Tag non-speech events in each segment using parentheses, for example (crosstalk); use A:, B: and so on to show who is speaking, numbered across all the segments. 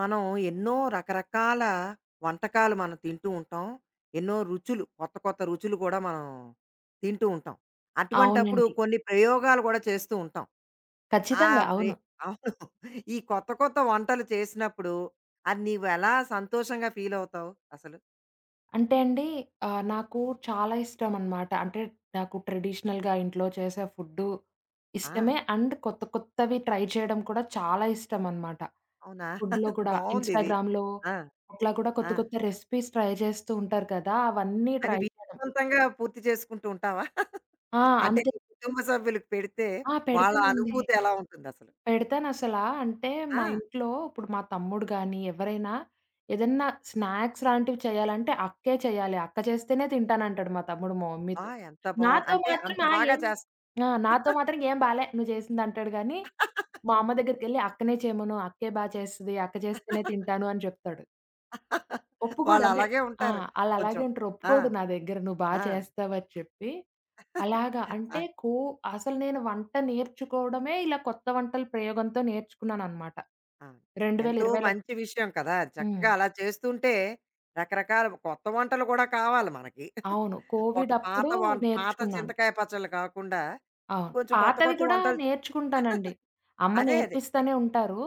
A: మనం ఎన్నో రకరకాల వంటకాలు మనం తింటూ ఉంటాం. ఎన్నో రుచులు, కొత్త కొత్త రుచులు కూడా మనం తింటూ ఉంటాం. అటువంటప్పుడు
B: అవునండి.
A: కొన్ని ప్రయోగాలు కూడా చేస్తూ ఉంటాం. ఆ
B: ఖచ్చితంగా.
A: ప్రే
B: అవును.
A: (laughs) అవును. ఈ కొత్త కొత్త వంటలు చేసినప్పుడు అది నీవు ఎలా సంతోషంగా ఫీల్ అవుతావు అసలు?
B: అంటే అండి నాకు చాలా ఇష్టం అనమాట. అంటే నాకు ట్రెడిషనల్‌గా ఇంట్లో చేసే ఫుడ్డు
A: ఆ!
B: ఇష్టమే. అండ్ కొత్త కొత్తవి ట్రై చేయడం కూడా చాలా ఇష్టం అనమాట.
A: అవునా?
B: ఫుడ్‌లో
A: (laughs)
B: కూడా
A: బావుందిది.
B: ఇన్‌స్టాగ్రామ్‌లో
A: ఆ!
B: అట్లా కూడా
A: ఆ!
B: కొత్త కొత్త రెసిపీస్ ట్రై చేస్తూ ఉంటారు కదా! అవన్నీ
A: అది
B: ట్రై చేయడం.
A: విజయవంతంగా పూర్తి చేసుకుంటూ ఉంటావా? (laughs)
B: ఆ!
A: అంటే
B: అంతే.
A: నీ కుటుంబ సభ్యులకి పెడితే వాళ్ళ
B: పెడతానండి.
A: అనుభూతి ఎలా ఉంటుందసలు?
B: పెడతానసలా. అంటే
A: ఆ!
B: మా ఇంట్లో ఇప్పుడు మా తమ్ముడు గానీ, ఎవరైనా ఏదన్నా స్నాక్స్ లాంటివి చేయాలంటే అక్కే చేయాలి. అక్క చేస్తేనే తింటానంటాడు మా తమ్ముడు మా
A: ఆ!
B: మమ్మీతో.
A: ఎంత బావుంది.
B: నాతో
A: అంటే
B: మాత్రం
A: అంత
B: ఆ!
A: బాగా
B: ఏం
A: చేస్త
B: ఆ! నాతో మాత్రం "ఏం బాలే నువ్వు చేసిందంటాడు" గానీ, మా అమ్మ దగ్గరికెళ్ళి "అక్కనే చేయమను, అక్కే బా చేస్తది. అక్క చేస్తేనే తింటాను" అని జెప్తాడు.
A: (laughs)
B: ఒప్పుకోడు.
A: వాళ్ళు
B: అంటే
A: అలాగే
B: ఆ!
A: ఉంటారు కొంచెం.
B: ఆళ్ళలాగే ఉంటారు.
A: ఆ!
B: ఒప్పుకోడు నా దగ్గర నువ్వు బా
A: ఆ!
B: చేస్తావని చెప్పి. అలాగా అంటే
A: అది.
B: కో అసలు నేను వంట నేర్చుకోవడమే ఇలా కొత్త వంటల ప్రయోగంతో నేర్చుకున్నాననమాట.
A: ఆ! ఎంతో
B: 2020లో
A: మంచి విషయం కదా!
B: హ్మ్.
A: చక్కగా అలా చేస్తుంటే రకరకాల కొత్త వంటలు కూడా కావాలి మనకి.
B: అవును.
A: (laughs) ఒక
B: కోవిడ్
A: పాత
B: అప్పుడు
A: వంట పాత
B: నేర్చుకున్నాను.
A: చింతకాయ పచ్చళ్ళు కాకుండా
B: అవును.
A: కొంచెం కొత్త
B: పాతవి
A: కొత్త
B: కూడా
A: వంటలు
B: నేర్చుకుంటానండి.
A: (laughs)
B: అమ్మ
A: అదే అదే.
B: నేర్పిస్తనే ఉంటారు.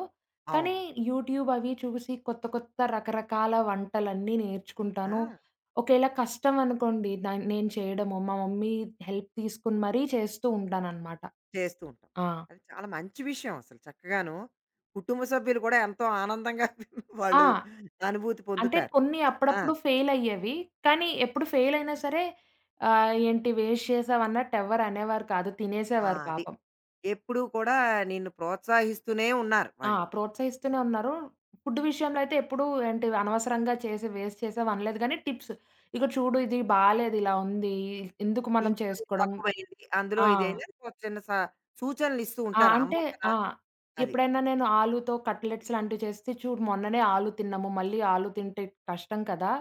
B: కానీ
A: అవును. అదే.
B: యూట్యూబ్ అవి చూసి కొత్త కొత్త రకరకాల వంటలన్నీ నేర్చుకుంటాను.
A: ఆ!
B: ఒకేళ కష్టం అనుకోండి నేను చేయడము, మా మమ్మీ హెల్ప్ తీసుకొని మరీ చేస్తూ ఉంటాననమాట.
A: చేస్తూ ఉంటాం.
B: ఆ!
A: అది చాలా మంచి విషయం అసలు చక్కగాను. కుటుంబ సభ్యులు కూడా ఎంతో ఆనందంగా (laughs)
B: ఆ!
A: వాళ్ళు అనుభూతి
B: అంటే
A: పొందుతారు.
B: కొన్ని
A: ఆ!
B: అప్పుడప్పుడు ఫెయిల్ అయ్యేవి. కానీ ఎప్పుడు ఫెయిల్ అయినా సరే ఏంటి వేస్ట్ చేసావన్నట్టు ఎవ్వరు అనేవారు కాదు.
A: ఆ!
B: తినేసేవారు
A: అది.
B: పాపం.
A: ఎప్పుడూ కూడా నిన్ను ప్రోత్సహిస్తూనే ఉన్నారు వాళ్ళు.
B: ప్రోత్సహిస్తూనే ఉన్నారు. ఫుడ్ విషయంలో అయితే ఎప్పుడూ ఏంటి అనవసరంగా చేసి వేస్ట్ చేసావనలేదు గానీ టిప్స్. ఇగో చూడు ఇది బాలేదు ఇలా ఉంది. ఎందుకు మనం
A: ఇంట్లో ఇది
B: చేసుకోవడం
A: తక్కువయింది, అందులో
B: ఆ!
A: ఇదైనా ఓ చిన్న స సూచనలిస్తూ
B: ఆ!
A: ఉంటారు. అమ్మ
B: అంటే
A: కదా!
B: ఆ!
A: అది.
B: ఎప్పుడైనా నేను ఆలూతో కట్లెట్స్ లాంటివి చేస్తే చూడు మొన్ననే ఆలు తిన్నాము. మళ్ళీ ఆలు తింటే కష్టం కదా!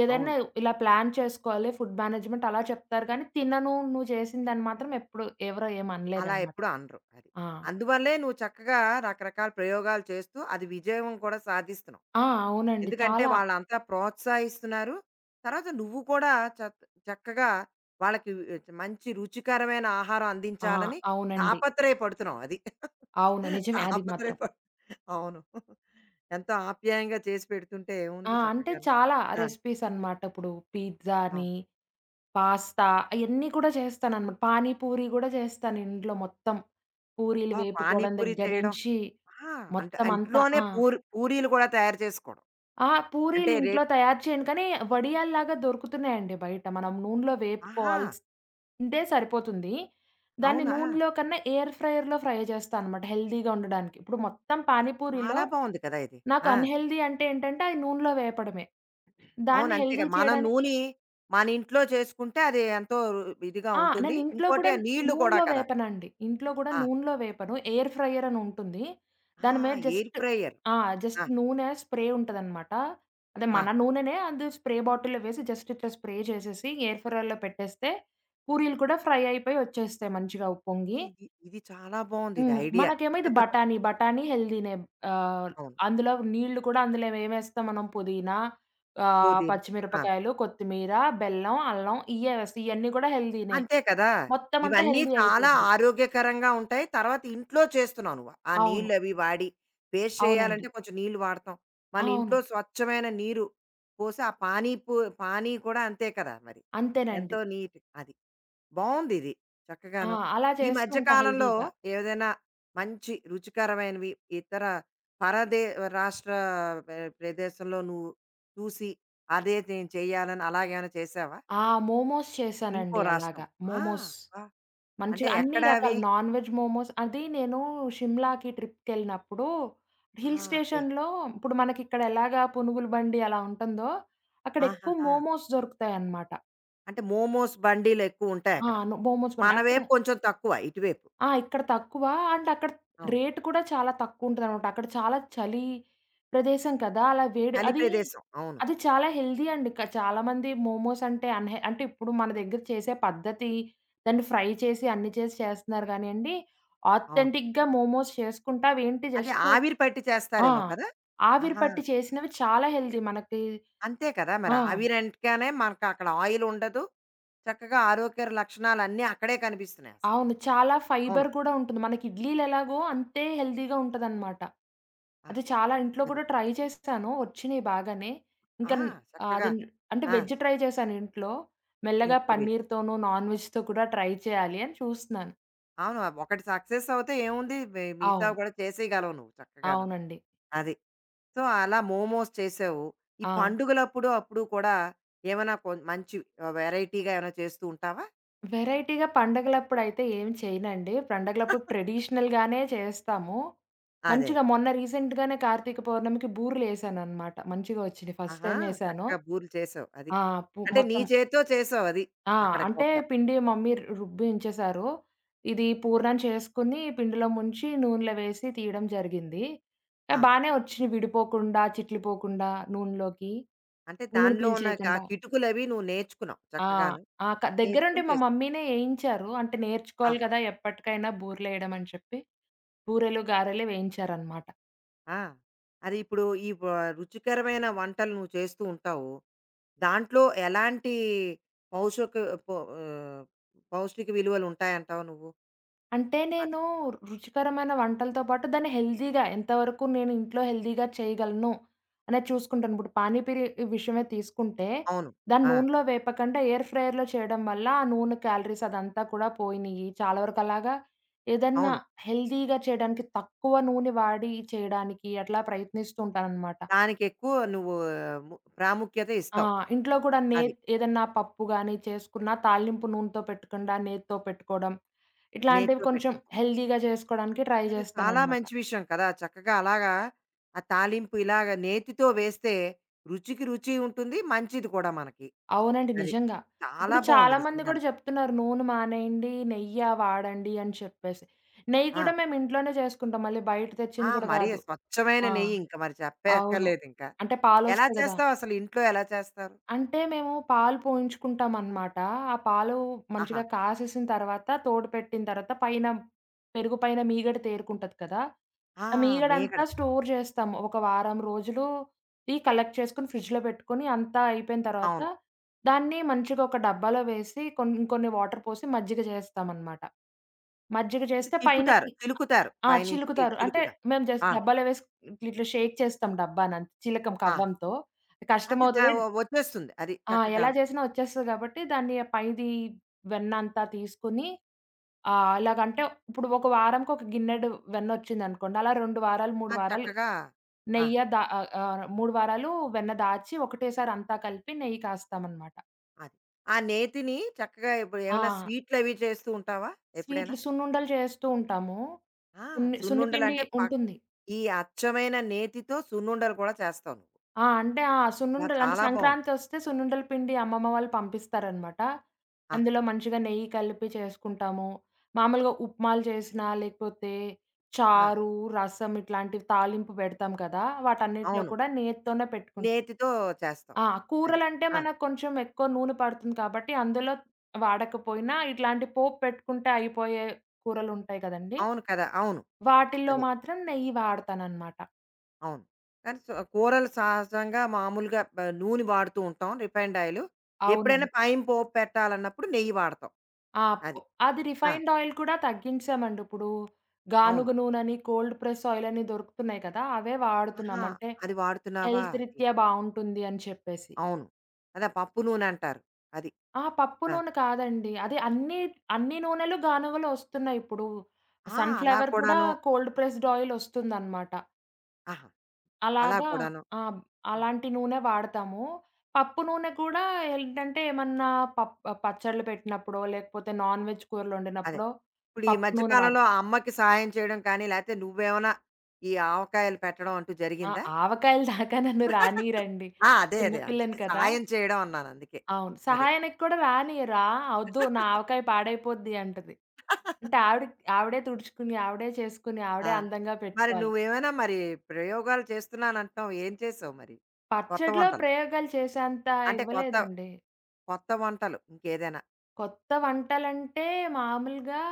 B: ఏదైనా
A: అవును.
B: ఇలా ప్లాన్ చేసుకోవాలి. ఫుడ్ మేనేజ్మెంట్ అలా చెప్తారు గానీ తినను నువ్వు చేసిందని మాత్రం ఎప్పుడు ఎవరో
A: అలా
B: ఏమనలేదనమాట.
A: ఎప్పుడూ అనరు. అది.
B: ఆ!
A: అందువల్లే నువ్వు చక్కగా రకరకాల ప్రయోగాలు చేస్తూ అది విజయం కూడా సాధిస్తున్నావు.
B: ఆ! అవునండి.
A: ఎందుకంటే
B: చాలా
A: వాళ్ళంతా ప్రోత్సహిస్తున్నారు. తర్వాత నువ్వు కూడా చక్ చక్కగా వాళ్ళకి మంచి రుచికరమైన ఆహారం
B: ఆ!
A: అందించాలని
B: అవునండి.
A: తాపత్రయపడుతున్నావు అది.
B: అవును. నిజమే. అది మాత్రం.
A: తాపత్రయపడు అవును. ఎంతో ఆప్యాయంగా చేసి పెడుతుంటే ఏముంది
B: అంటే
A: చక్కగాను.
B: చాలా
A: ఆ!
B: రెసిపీస్ అన్నమాట. ఇప్పుడు పిజ్జా
A: అవును.
B: అని, పాస్తా అయన్నీ కూడా చేస్తానన్నమాట. పానీ పూరి గూడా చేస్తాను ఇంట్లో మొత్తం. పూరీలు
A: అబ్బా!
B: వేపుకోవడం
A: పానీపూరి
B: దగ్గర
A: చేయడం
B: నుంచి
A: ఆ! అంటే
B: మొత్తం అంతా.
A: ఇంట్లోనే
B: ఆ!
A: పూరి పూరీలు కూడా తయారు చేసుకోవడం.
B: ఆ!
A: అంటే
B: పూరీలు ఇంట్లో
A: రేట్
B: తయారు చేయను. కానీ వడియాల్లాగా దొరుకుతున్నాయండి బయట. మనం నూనెలో
A: ఆహా!
B: వేపుకోవాల్సి ఉంటే సరిపోతుంది. దాన్ని
A: అవునా!
B: నూనెలో కన్నా ఎయిర్ ఫ్రైయర్‌లో ఫ్రై చేస్తా అనమాట హెల్తీగా ఉండడానికి. ఇప్పుడు మొత్తం
A: చ
B: పానీపూరిలో
A: చాలా బావుంది కదా! ఇది.
B: నాకు
A: ఆ!
B: అన్‌హెల్తీ అంటే ఏంటంటే, అది నూనెలో వేపడమే.
A: అవును.
B: దాన్ని
A: అంతే
B: హెల్తీ
A: కదా! మనం
B: చేయడానికి
A: నూనె మన ఇంట్లో చేసుకుంటే అది ఎంతో రు ఇదిగా ఉంటుంది.
B: నేను ఇంట్లో
A: ఇంకోటి
B: కూడా
A: ఆ నీళ్ళు కూడా
B: నూనెలో
A: కదా!
B: వేపనండి. ఇంట్లో కూడా
A: ఆ!
B: నూనెలో వేపను. ఎయిర్ ఫ్రైయర్ అని ఉంటుంది.
A: ఆ!
B: దాని మీద
A: ఎయిర్
B: జస్ట్
A: ఫ్రైయర్.
B: ఆ!
A: ఆ!
B: జస్ట్ నూనె స్ప్రే ఉంటదనమాట. అదే
A: ఆ!
B: మన నూనెనే అది స్ప్రే బాటిల్‌లో వేసి జస్ట్ ఇట్లా స్ప్రే చేసేసి ఎయిర్ ఫ్రైయర్‌లో పెట్టేస్తే పూరీలు కూడా ఫ్రై అయిపోయి వచ్చేస్తాయి మంచిగా ఉప్పొంగి.
A: ఇది ఇది చాలా బావుంది ఇది
B: హ్మ్.
A: ఐడియా.
B: మనకేమో ఇది
A: (laughs)
B: బఠానీ, బఠానీ హెల్తీనే. ఆహ్,
A: అవును.
B: అందులో నీళ్లు కూడా అందులో ఏమేస్తాం మనం పుదీనా,
A: పుదీనా. ఆ!
B: పచ్చిమిరపకాయలు, కొత్తిమీర, బెల్లం, అల్లం ఇయ్యే వేస్తాం. ఇయన్నీ కూడా హెల్తీనే.
A: అంతే కదా!
B: మొత్తమంతా
A: ఇవన్నీ
B: హెల్తీ
A: చాలా
B: అయిపోద్ది.
A: ఆరోగ్యకరంగా ఉంటాయి. తర్వాత ఇంట్లో చేస్తున్నావు నువ్వు. ఆ
B: అవును.
A: నీళ్ళవి వాడి, పేస్ట్
B: అవునండి.
A: చేయాలంటే కొంచెం నీళ్ళు వాడతాం. మన
B: అవును.
A: ఇంట్లో స్వచ్ఛమైన నీరు పోసి ఆ పానీ పూ పానీ కూడా అంతే కదా మరి. ఎంతో
B: అంతేనండి.
A: నీట్ అది. బావుందిది
B: ఆ!
A: చక్కగాను.
B: అలా
A: ఈ
B: చేస్తూ
A: మధ్య
B: ఉంటా
A: కాలంలో
B: హెల్తీగా.
A: ఏదైనా మంచి రుచికరమైనవి ఇతర పరదే రాష్ట్ర ప ప్రదేశంలో నువ్వు చూసి అదే నేను చేయాలని అలాగేమైనా చేసావా?
B: ఆ! మోమోస్
A: ఇంకో
B: చేశానండి
A: రాష్ట్రం.
B: అలాగా.
A: ఆ!
B: మోమోస్.
A: అబ్బా! అంటే
B: మంచిగా అన్ని
A: ఎక్కడ అవి?
B: రకాల నాన్ వెజ్ మోమోస్ అది నేను షిమ్లాకి ట్రిప్‌కెళ్ళినప్పుడు
A: ఆ!
B: హిల్
A: అదే.
B: స్టేషన్‌లో ఇప్పుడు మనకిక్కడ ఎలాగా పునుగుల బండి అలా ఉంటుందో, అక్కడ ఎక్కువ
A: ఆహాహా!
B: మోమోస్ దొరుకుతాయన్నమాట.
A: అంటే మోమోస్ బండీలు ఎక్కువ ఉంటాయి
B: ఆ!
A: అక్కడ.
B: ను మోమోస్ బండి.
A: మన
B: అక్కడ
A: వైపు కొంచెం తక్కువ ఇటువైపు.
B: ఇక్కడ తక్కువ. అండ్ అక్కడ
A: అవును.
B: రేట్ కూడా చాలా తక్కువుంటదనమాట. అక్కడ చాలా చలి ప్రదేశం కదా! అలా వేడి
A: చలి
B: అది
A: ప్రదేశం. అవును.
B: అది చాలా హెల్తీ అండి. చాలామంది మోమోస్ అంటే అంటే ఇప్పుడు మన దగ్గర చేసే పద్ధతి, దాన్ని ఫ్రై చేసి అన్ని చేసి చేస్తున్నారు గానీయండి,
A: అవును.
B: ఆథెంటిక్‌గా మోమోస్ చేసుకుంటే అవేంటి
A: అదే
B: జస్ట్
A: ఆవిరి పట్టి
B: ఆ!
A: చేస్తారేమో కదా!
B: ఆవిరి
A: ఆహా!
B: పట్టి చేసినవి చాలా హెల్తీ మనకి.
A: అంతే కదా! మరి
B: ఆ!
A: ఆవిరి అంటేనే మనకు అక్కడ ఆయిల్ ఉండదు. చక్కగా ఆరోగ్య లక్షణాలన్నీ అక్కడే కనిపిస్తున్నాయి అసలు.
B: అవును. చాలా
A: అవును.
B: ఫైబర్ గూడా ఉంటుంది. మనకి ఇడ్లీలు ఎలాగో అంతే హెల్తీగా ఉంటదనమాట.
A: ఆహా!
B: అది చాలా ఇంట్లో
A: అది.
B: కూడా ట్రై చేశాను. వచ్చినియి బాగానే.
A: ఆ!
B: ఇంకా న్ ఆహ్,
A: చక్కగా
B: అది న్- అంటే
A: ఆ!
B: వెజ్ ట్రై చేశాను ఇంట్లో. మెల్లగా
A: ఇంట్లో పెట్టి.
B: పన్నీర్‌తోనూ, నాన్ వెజ్‌తో కూడా ట్రై చేయాలి అని చూస్తున్నాను.
A: అవును. ఒకటి సక్సెస్ అవుతే ఏముంది? మిగతావి
B: అవును.
A: కూడా చేసేయగలవు నువ్వు చక్కగాను.
B: అవునండి.
A: అది. సో, అలా మోమోస్ చేసావు. ఈ
B: ఆ!
A: పండుగలప్పుడు అప్పుడు కూడా ఏమైనా కొ మంచి వెరైటీగా ఏమైనా చేస్తూ ఉంటావా?
B: వెరైటీగా పండగలప్పుడైతే ఏం చేయనండి. పండగలప్పుడు ట్రెడిషనల్‌గానే చేస్తాము.
A: అదే. అదే.
B: మంచిగా మొన్న రీసెంట్‌గానే కార్తీక పౌర్ణమికి బూరెలేశాననమాట. మంచిగా వచ్చినియి. ఫస్ట్
A: ఆహా!
B: టైమ్ ఏశాను.
A: చక్కగా బూరెలు చేసావు. అది.
B: ఆ! పు
A: అంటే నీ
B: మొత్తం
A: చేత్తో చేసావు అది.
B: ఆ!
A: అక్కడ
B: అంటే
A: గొప్ప.
B: పిండి మమ్మీ రుబ్బించేశారు. ఇది పూర్ణం చేసుకొని పిండిలో ముంచి నూనెలో వేసి తీయడం జరిగింది.
A: ఆ!
B: బానే వచ్చినియి విడిపోకుండా, చిట్లిపోకుండా నూనెలోకి.
A: అంటే
B: నూనె
A: దానిలో ఉన్న ఆ
B: పీల్చేయకుండా.
A: కిటుకులవి నువ్వు నేర్చుకున్నావు
B: ఆ!
A: చక్కగాను.
B: ఆ! క దగ్గరుండి
A: నేర్చుకొని
B: మా
A: చేసావు.
B: మమ్మీనే ఏయించారు. అంటే నేర్చుకోవాలి
A: ఆహా!
B: కదా! ఎప్పటికైనా బూరెలేయడం అని చెప్పి. బూరెలు, గారెలు వేయించారనమాట.
A: ఆ! అది ఇప్పుడు ఈ వ రుచికరమైన వంటలు నువ్వు చేస్తూ ఉంటావు. దాంట్లో ఎలాంటి పౌషక పౌ ఆహ్, పౌష్టిక విలువలు ఉంటాయంటావు నువ్వు?
B: అంటే నేను రుచికరమైన వంటలతో పాటు దాన్ని హెల్తీగా ఎంతవరకు నేను ఇంట్లో హెల్తీగా చేయగలను అనేది చూసుకుంటాను. ఇప్పుడు పానీపూరి విషయమే తీసుకుంటే,
A: అవును.
B: దాన్ని
A: ఆ!
B: నూనెలో వేపకుండా ఎయిర్ ఫ్రైయర్‌లో చేయడం వల్ల ఆ నూనె క్యాలరీస్ అదంతా కూడా పోయినియి. చాలా వరకు అలాగా ఏదన్నా
A: అవును.
B: హెల్తీగా చేయడానికి తక్కువ నూనె వాడి చేయడానికి అట్లా ప్రయత్నిస్తూ ఉంటాననమాట.
A: దానికెక్కువ నువ్వు ఆ, ప్రాముఖ్యత
B: ఆ!
A: ఇస్తావు.
B: ఇంట్లో కూడా
A: అది.
B: ఏదన్నా పప్పు గాని చేసుకున్నా తాలింపు నూనెతో పెట్టకుండా నేతితో పెట్టుకోవడం. ఇట్లాంటివి
A: నేతితో
B: కొంచెం
A: పెట్టుకుంటావు.
B: హెల్తీగా చేసుకోవడానికి ట్రై
A: అది చాలా
B: చేస్తాననమాట.
A: మంచి విషయం కదా! చక్కగా అలాగా ఆ తాలింపు ఇలాగ నేతితో వేస్తే రుచికి రుచి ఉంటుంది. మంచిది కూడా మనకి.
B: అవునండి.
A: అది.
B: నిజంగా.
A: చాలా
B: ఇప్పుడు
A: బావుంది
B: చాలా మంది కూడా
A: నిజంగాను.
B: చెప్తున్నారు నూనె మానేయండి, నెయ్య వాడండి అని చెప్పేసి. నెయ్యి
A: ఆ!
B: కూడా మేము ఇంట్లోనే చేసుకుంటాం. మళ్ళీ బయట
A: ఆ!
B: తెచ్చింది కూడా
A: మరి
B: కాదు.
A: స్వచ్ఛమైన
B: ఆ!
A: నెయ్యి ఇంక మరి
B: అవును.
A: చెప్పక్కర్లేదింక.
B: అంటే
A: ఎలా
B: పాలొస్తాయి కదా!
A: చేస్తావు అసలు? ఇంట్లో ఎలా చేస్తారు?
B: అంటే మేము పాలు పోయించుకుంటామనమాట. ఆ పాలు
A: ఆహా!
B: మంచిగా కాసేసిన తర్వాత, తోడు పెట్టిన తర్వాత పైన పెరుగు పైన మీగడ తేరుకుంటది కదా!
A: ఆ!
B: ఆ
A: మీగడ.
B: మీగడంతా స్టోర్ చేస్తాము. ఒక వారం రోజులు ఈ కలెక్ట్ చేసుకొని ఫ్రిడ్జ్‌లో పెట్టుకొని అంతా అయిపోయిన తర్వాత,
A: అవును.
B: దాన్ని మంచిగా ఒక డబ్బాలో వేసి ఇంకొన్ని వాటర్ పోసి మజ్జిగ చేస్తామనమాట. మజ్జిగ
A: అంటే
B: చేస్తే
A: తిప్పుతారు.
B: పైనకి
A: చిలుకుతారు. పైనుంచి తి
B: చిలుకుతారు. అంటే
A: చిలుకుతారు.
B: మేము జస్ట్
A: ఆ!
B: డబ్బాలో వేసి ఇట్లా షేక్ చేస్తాం డబ్బానంతే. చిలకం
A: ఆ!
B: కవ్వంతో.
A: అంటే దా
B: కష్టమవుతది.
A: వ వచ్చేస్తుంది అది
B: ఎలా
A: చక్కగాను.
B: చేసినా వచ్చేస్తది కాబట్టి దాన్ని పైది వెన్న అంతా తీసుకొని ఎలాగంటే ఇప్పుడు ఒక వారంకి ఒక గిన్నెడు వెన్నొచ్చిందనుకోండి. అలా 2 వారాలు,
A: ఆ!
B: 3 వారాలు
A: చక్కగా
B: నెయ్య
A: ఆహా!
B: దా ఆహ్, ఆహ్, 3 వారాలు వెన్న దాచి ఒకటేసారి అంతా కలిపి నెయ్యి కాస్తామనమాట.
A: అది. ఆ నేతిని చక్కగా ఇప్పుడు
B: ఆ!
A: ఏమైనా స్వీట్‌లవి చేస్తూ ఉంటావా ఎప్పుడైనా?
B: స్వీట్లు సున్నుండలు చేస్తూ ఉంటాము.
A: ఆ!
B: సున్నిపిండి
A: సున్నుండలంటే పక్
B: ఉంటుంది.
A: ఈ అచ్చమైన నేతితో సున్నుండలు కూడా చేస్తావు నువ్వు.
B: ఆ! అంటే ఆ!
A: వా!
B: సున్నుండలు అంటే
A: చాలా బావుంది.
B: సంక్రాంతొస్తే సున్నుండల పిండి అమ్మమ్మ వాళ్ళు పంపిస్తారనమాట.
A: ఆహా!
B: అందులో మంచిగా నెయ్యి కలిపి చేసుకుంటాము. మామూలుగా ఉప్మాలు చేసినా, లేకపోతే
A: ఆ!
B: చారు, రసం ఇట్లాంటివి తాలింపు పెడతాం కదా! వాటన్నిటిలో
A: అవును.
B: కూడా నేతితోనే పెట్టుకుంటాం.
A: నేతితో చేస్తావు.
B: ఆ!
A: అది.
B: కూరలంటే
A: ఆ!
B: మనకు కొంచెం ఎక్కువ నూనె పడుతుంది కాబట్టి, అందులో వాడకపోయినా ఇట్లాంటి పోపు పెట్టుకుంటే అయిపోయే కూరలుంటాయి కదండీ!
A: అవును కదా! అవును.
B: వాటిల్లో
A: అదే.
B: మాత్రం నెయ్యి వాడతాననమాట.
A: అవును. కానీ సో కూరలు సహజంగా మామూలుగా బ నూనె వాడుతూ ఉంటాం రిఫైన్డ్ ఆయిలు. ఎప్పుడైనా
B: అవునండి.
A: పైన పోపు పెట్టాలన్నప్పుడు నెయ్యి వాడతాం.
B: ఆ! పొ
A: అది.
B: అది
A: ఆ!
B: రిఫైన్డ్ ఆయిల్ కూడా తగ్గించామండి. ఇప్పుడు
A: అవును.
B: గానుగ నూనెని, కోల్డ్ ప్రెస్ ఆయిల్ అని దొరుకుతున్నాయి కదా! అవే వాడుతున్నాం.
A: ఆహా!
B: అంటే
A: అది వాడుతున్నావా?
B: హెల్త్
A: అది.
B: రీత్యా బావుంటుంది అని చెప్పేసి.
A: అవును. అదే పప్పు నూనె అంటారు. అది.
B: పప్పు
A: ఆ!
B: నూనె కాదండి. అదే అన్ని, అన్ని నూనెలు గానుగలో ఒస్తున్నాయి ఇప్పుడు.
A: ఆ! అలా
B: సన్‌ఫ్లవర్ కూడా
A: కూడాను.
B: కోల్డ్ ప్రెస్డ్ ఆయిల్ ఒస్తుందనమాట.
A: ఆహా! అలా
B: అలాగా
A: కూడాను.
B: ఆ!
A: హ్మ్.
B: అలాంటి నూనె వాడతాము. పప్పు నూనె కూడా ఏంటంటే ఏమన్నా పప్ పచ్చడ్లు పెట్టినప్పుడో, లేకపోతే నాన్ వెజ్ కూరలు
A: అదే.
B: వండినప్పుడో
A: ఇప్పుడు ఈ
B: పప్పు
A: మధ్య
B: నూనె
A: కాలంలో
B: వాడతాం.
A: ఆ అమ్మకి సహాయం చేయడం కానీ, లేతే నువ్వేమైనా ఈ ఆవకాయలు పెట్టడం అంటూ
B: ఆ!
A: జరిగిందా?
B: ఆవకాయల దాకా నన్ను
A: (laughs)
B: రానీయరండి.
A: ఆ! అదే.
B: చిన్న
A: అదే. అందుకే
B: పిల్లని కదా!
A: సాయం చేయడం అన్నాను అందుకే.
B: అవును.
A: అదే.
B: సహాయానికి కూడా రానియరా, "ఒద్దు నా
A: (laughs)
B: ఆవకాయ పాడైపోద్ది" అంటది. అంటే ఆవిడ ఆవిడే తుడుచుకుని, ఆవిడే చేసుకుని,
A: ఆ!
B: ఆవిడే అందంగా
A: మరి
B: పెట్టుకోవాలి.
A: నువ్వేమైనా మరి ప్రయోగాలు చేస్తున్నానంటున్నావు. ఏం చేసావు మరి? కొత్త
B: పచ్చడిలో
A: వంటలు.
B: ప్రయోగాలు చేసేంత
A: అంటే కొత్త
B: ఇవ్వలేదండి.
A: కొత్త వంటలు ఇంకేదైనా?
B: కొత్త వంటలంటే మామూలుగా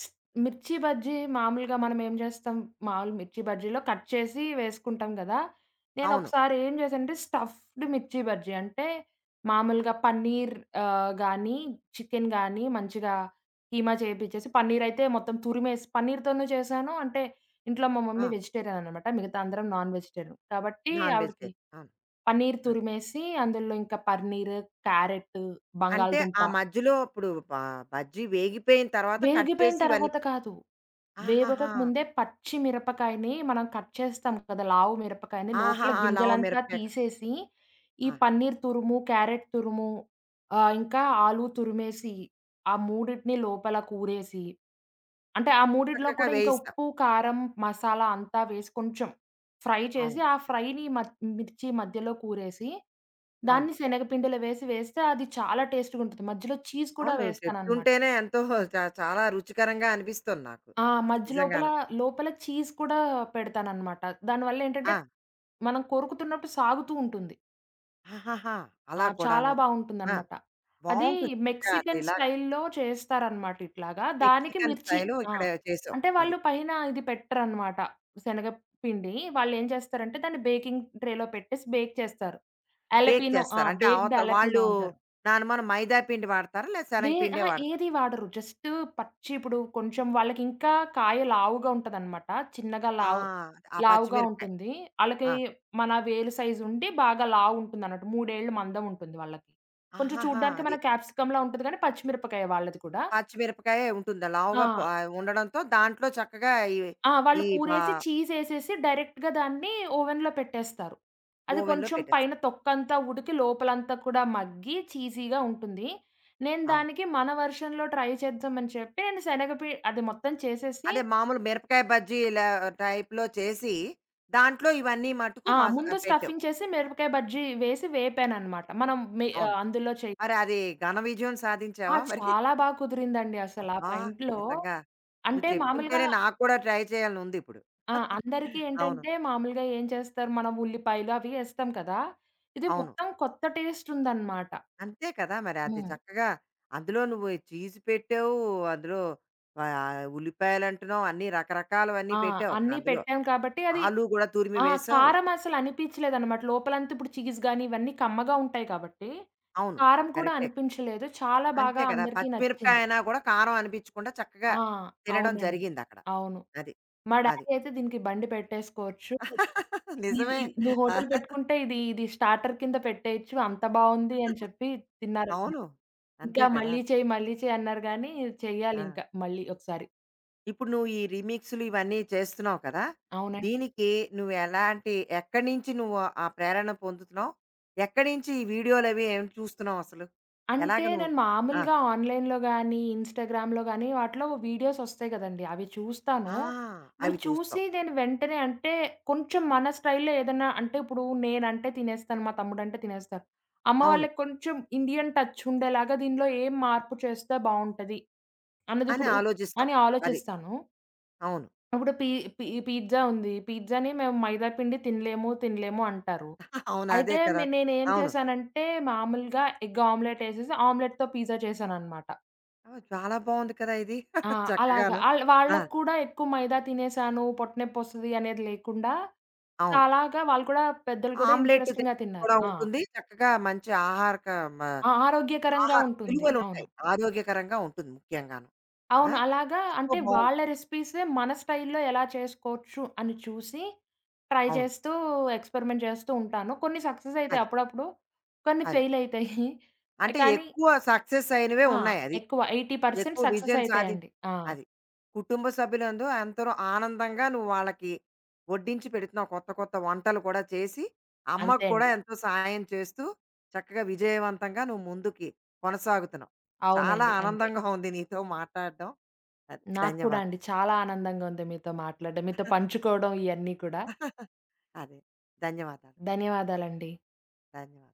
B: స్ మిర్చి బజ్జీ మామూలుగా మనం ఏం చేస్తాం, మామూలు మిర్చి బజ్జీలో కట్ చేసి వేసుకుంటాం గదా!
A: అవును.
B: నేనొకసారి ఏం చేశానంటే స్టఫ్డ్ మిర్చి బజ్జీ. అంటే మామూలుగా పన్నీర్ గానీ, చికెన్ గానీ మంచిగా కీమా చేపిచ్చేసి పన్నీరయితే మొత్తం తురిమేసి పన్నీర్‌తోనూ చేశాను. అంటే ఇంట్లో మా
A: ఆ!
B: మమ్మీ వెజిటేరియన్ అనమాట. మిగతా అందరం నాన్ వెజిటేరియన్. కాబట్టి
A: నాన్ వెజ్
B: ఆవిడకి
A: లేదు. అవును.
B: పన్నీర్
A: ఆ!
B: తురిమేసి అందులో ఇంకా పన్నీరు, క్యారెట్,
A: అంటే
B: బంగాళదుంప
A: ఆ మధ్యలో ఇప్పుడు బ బజ్జీ వేగిపోయిన తర్వాత కట్
B: వేగిపోయిన
A: చేసి ఇవన్నీ
B: తర్వాత కాదు. వేవక
A: ఆహాహా!
B: ముందే పచ్చి మిరపకాయని మనం కట్ చేస్తాం కదా! లావు మిరపకాయని
A: ఆహా!
B: లోపల
A: లావు
B: గింజలంతా
A: మిరపకాయ. క-
B: తీసేసి, ఈ
A: ఆ!
B: పన్నీర్ తురుము, క్యారెట్ తురుము ఇంకా ఆలు తురిమేసి, ఆ మూడిటిని లోపల కూరేసి, అంటే ఆ మూడిట్లో
A: చక్కగా
B: కూడా ఇంకా
A: వేయిస్తాం.
B: ఉప్పు, కారం, మసాలా అంతా వేసి కొంచెం ఫ్రై చేసి,
A: అవును.
B: ఆ ఫ్రైని మ మిర్చి మధ్యలో కూరేసి,
A: అవును.
B: దాన్ని శనగపిండిలో వేసి వేస్తే అది చాలా టేస్ట్‌గుంటది. మధ్యలో చీజ్
A: అవును.
B: కూడా
A: నువ్వు
B: వేస్తాననమాట.
A: చెప్తుంటేనే ఎంతో చాలా రుచికరంగా అనిపిస్తుంది నాకు.
B: ఆ! మధ్య లోపల,
A: నిజంగాను.
B: లోపల చీజ్ కూడా పెడతాననమాట. దానివల్ల
A: ఆ!
B: ఏంటంటే, మనం కొరుకుతున్నప్పుడు సాగుతూ ఉంటుంది.
A: ఆహాహా! అలా
B: చాలా
A: కూడాను. ఆ!
B: బావుంటుందనమాట. అది
A: బావుంటుంది. చక్కగా అది
B: మెక్సికన్
A: ఇలా
B: స్టైల్‌లో చేస్తారనమాట ఇట్లాగా. దానికి
A: మెక్సికన్
B: మిర్చి
A: స్టైలు
B: ఆ!
A: ఇక్కడ చేసావు.
B: అంటే
A: అది.
B: వాళ్ళు పైన ఇది పెట్టరనమాట. శనగపిండి వాళ్ళేం చేస్తారంటే, దాన్ని బేకింగ్ ట్రేలో పెట్టేసి బేక్ చేస్తారు.
A: బేక్
B: అలపినో ఆ!
A: చేస్తారు. అంటే అవత
B: బేక్డ్
A: వాళ్ళు
B: అలపినో అంటారు.
A: నా అనుమానం మైదా పిండి వాడతారా? లేదా
B: వే
A: శనగ పిండే
B: అహా!
A: వాడతారా?
B: ఏది వాడరు. జస్ట్ ఇప్పుడు కొంచెం వాళ్ళకింకా కాయ లావుగా ఉంటదనమాట. చిన్నగా
A: ఆ!
B: లావు
A: ఆ
B: లావుగా
A: పచ్చిమిరపకాయ.
B: ఉంటుంది. ఆళ్ళకి
A: ఆ!
B: మన వేలు సైజ్ ఉండి బాగా లావుంటుందన్నట్టు. 3 ఏళ్ళు మందం ఉంటుంది వాళ్ళకి. కొంచెం
A: ఆహాహా!
B: చూడ్డానికి
A: అది
B: మన క్యాప్సికమ్‌లా ఉంటది గానీ పచ్చిమిరపకాయ వాళ్ళది కూడా.
A: పచ్చిమిరపకాయే ఉంటుంది.
B: ఆ!
A: లావుగా ప ఉండడంతో దాంట్లో చక్కగా ఈ
B: ఆ!
A: ఈ
B: వాళ్ళు
A: బా
B: కూరేసి చీజేసేసి డైరెక్ట్‌గా దాన్ని ఓవెన్‌లో పెట్టేస్తారు. అది
A: ఓవెన్‌లో
B: కొంచెం పైన
A: పెట్టేస్తారు.
B: తొక్కంతా ఉడికి లోపలంతా కూడా మగ్గి చీజీగా ఉంటుంది. నేను
A: అవును.
B: దానికి మన వెర్షన్‌లో ట్రై చేద్దామని చెప్పి నేను అది మొత్తం చేసేసి
A: అదే మామూలు మిరపకాయ బజ్జీల టైప్‌లో చేసి, దాంట్లో ఇవన్నీ మట్టుకు మస
B: ముందు
A: పెట్టావు.
B: స్టఫింగ్ చేసి మిరపకాయ బజ్జీ వేసి వేపాననమాట. మనం మి
A: అవును.
B: ఆహ్, అందులో చేయి
A: మరి అది ఘన విజయం
B: ఆ!
A: సాధించావా మరి?
B: చాలా బా కుదిరిందండి అసల.
A: అబ్బా!
B: మా ఇంట్లో
A: నిజంగా. నువ్వు
B: అంటే మామూలుగా
A: చెప్తుంటేనే నాకు కూడా ట్రై చేయాలనుందిప్పుడు. (laughs)
B: అందరికీ
A: అవును.
B: ఏంటంటే మామూలుగా ఏం చేస్తారు మనం ఉల్లిపాయలు అవి ఏస్తాం కదా! ఇది
A: అవును.
B: మొత్తం కొత్త టేస్ట్ ఉందన్నమాట.
A: అంతే కదా! మరి అది
B: హ్మ్.
A: చక్కగా అందులో నువ్వు చీజ్ పెట్టావు. అందులో ఉల్లిపాయలంటున్నావు. అన్నీ రకరకాలవన్నీ
B: ఆ!
A: పెట్టావు అక్కడ
B: అన్నీ
A: అందులో.
B: పెట్టాం కాబట్టి అది
A: ఆలు కూడా తురిమి వేశావు.
B: కారం అసలు అనిపించలేదన్నమాట. లోపలంతా ఇప్పుడు చీజ్ గాని ఇవన్నీ కమ్మగా ఉంటాయి కాబట్టి,
A: అవును.
B: కారం కూడా
A: కరెక్టే. కదా.
B: అనిపించలేదు. చాలా
A: అంతే
B: బాగా
A: కదా!
B: అందరికీ
A: పచ్చిమిరపకాయ
B: నచ్చింది.
A: అయినా కూడా కారం అనిపించకుండా చక్కగా
B: ఆ!
A: తినడం
B: అవునండి.
A: జరిగిందక్కడ.
B: అవును.
A: అది.
B: మా
A: అది.
B: డ్యాడీ అయితే దీనికి బండి పెట్టేసుకోవచ్చు.
A: (laughs)
B: ఇది
A: నిజమే.
B: ఇ నువ్వు హోటల్ పెట్టుకుంటే ఇది ఇది స్టార్టర్ కింద పెట్టేయొచ్చు. అంత బావుంది అని చెప్పి తిన్నారన్నమాట.
A: అవును. అంతే
B: ఇంకా
A: కదా!
B: మళ్ళీ చెయ్యి, మళ్ళీ చెయ్యి అన్నారు గానీ
A: ఆ!
B: చెయ్యాలింక మళ్ళీ ఒకసారి.
A: ఇప్పుడు నువ్వు ఈ రీమిక్స్‌లు ఇవన్నీ చేస్తున్నావు కదా!
B: అవునండి.
A: దీనికి నువ్వు ఎలాంటి ఎక్కడి నుంచి నువ్వు ఆ ప్రేరణ పొందుతున్నావు? ఎక్కడి నుంచి ఈ వీడియోలవి ఏం చూస్తున్నావు అసలు? ఎలాగ
B: అంటే
A: నువ్వు
B: నేను
A: ఆ!
B: మామూలుగా ఆన్‌లైన్‌లో గానీ, ఇన్‌స్టాగ్రామ్‌లో గానీ వాటిలో వీడియోస్ ఒస్తాయి గదండీ! అవి చూస్తాను.
A: ఆ!
B: అవి
A: అవి చూస్తావు.
B: చూసి నేను వెంటనే అంటే కొంచెం మన స్టైల్‌లో ఏదన్నా అంటే ఇప్పుడు నేనంటే తినేస్తాను. మా తమ్ముడంటే తినేస్తారు. అమ్మ
A: అవును.
B: వాళ్ళకి కొంచెం ఇండియన్ టచ్ ఉండేలాగా దీనిలో ఏం మార్పు చేస్తే బావుంటది అన్నది
A: అని
B: ఇప్పుడు
A: ఆలోచిస్తావు.
B: అని
A: అది.
B: ఆలోచిస్తాను.
A: అవును.
B: అప్పుడు పి పి పిజ్జా ఉంది. పిజ్జాని మేము మైదా పిండి తినలేము, తినలేము అంటారు.
A: (laughs) అవును. అదే
B: అయితే
A: కదా!
B: నేనేం
A: అవును.
B: చేశానంటే మామూలుగా ఎగ్ ఆమ్లెట్ ఎసేసి ఆమ్లెట్‌తో పిజ్జా చేశాననమాట.
A: ఓహ్! చాలా బావుంది కదా ఇది.
B: ఆ!
A: (laughs)
B: అలాగా.
A: చక్కగాను. ఆ!
B: వాళ్ళకి కూడా ఎక్కువ మైదా తినేసాను, పొట్టనొప్పొస్తది అనేది లేకుండా
A: అవును.
B: అలాగా వాళ్ళు కూడా పెద్దలు కూడా
A: ఆమ్లెట్
B: ఇంట్రెస్టింగ్‌గా
A: తిన్నట్టు
B: తిన్నారు.
A: కూడా
B: ఆ!
A: ఉంటుంది. చక్కగా మంచి ఆహారక మ
B: ఆ! ఆరోగ్యకరంగా
A: ఆహార
B: ఉంటుంది. అవును.
A: విలువలుంటాయి. ఆరోగ్యకరంగా ఉంటుంది ముఖ్యంగాను. ఆ!
B: అవును. అలాగా
A: ఎంతో
B: అంటే
A: బావుంది.
B: వాళ్ళ రెసిపీసే మన స్టైల్‌లో ఎలా చేసుకోవచ్చు అని చూసి ట్రై
A: అవును.
B: చేస్తూ, ఎక్స్‌పెరిమెంట్ చేస్తూ ఉంటాను. కొన్ని సక్సెస్ అయితాయి
A: అది.
B: అప్పుడప్పుడు. కొన్ని
A: అది.
B: ఫెయిల్ అయితాయి.
A: అంటే
B: కానీ
A: ఎక్కువ సక్సెస్ అయినవే
B: ఆ!
A: ఉన్నాయి అది.
B: ఎక్కువ 80%
A: ఎక్కువ
B: సక్సెస్
A: విజయం సాధి
B: అయితాయండి.
A: అది. కుటుంబ సభ్యులందు ఎంతరో ఆనందంగా నువ్వు వాళ్ళకి వడ్డించి పెడుతున్నావు. కొత్త కొత్త వంటలు కూడా చేసి, అమ్మకు
B: అంతే
A: కూడా
B: అండి.
A: ఎంతో సహాయం చేస్తూ చక్కగా విజయవంతంగా నువ్వు ముందుకి కొనసాగుతున్నావు. చాలా
B: అవునండి. అంతే.
A: ఆనందంగా ఉంది నీతో మాట్లాడడం. అది.
B: నాకు కూడా
A: ధన్యవాదాలు.
B: అండి. చాలా ఆనందంగా ఉంది మీతో మాట్లాడడం. మీతో పంచుకోవడం ఇయన్నీ కూడా.
A: (laughs) అదే. ధన్యవాదాలు.
B: ధన్యవాదాలండి.
A: ధన్యవాదాలు.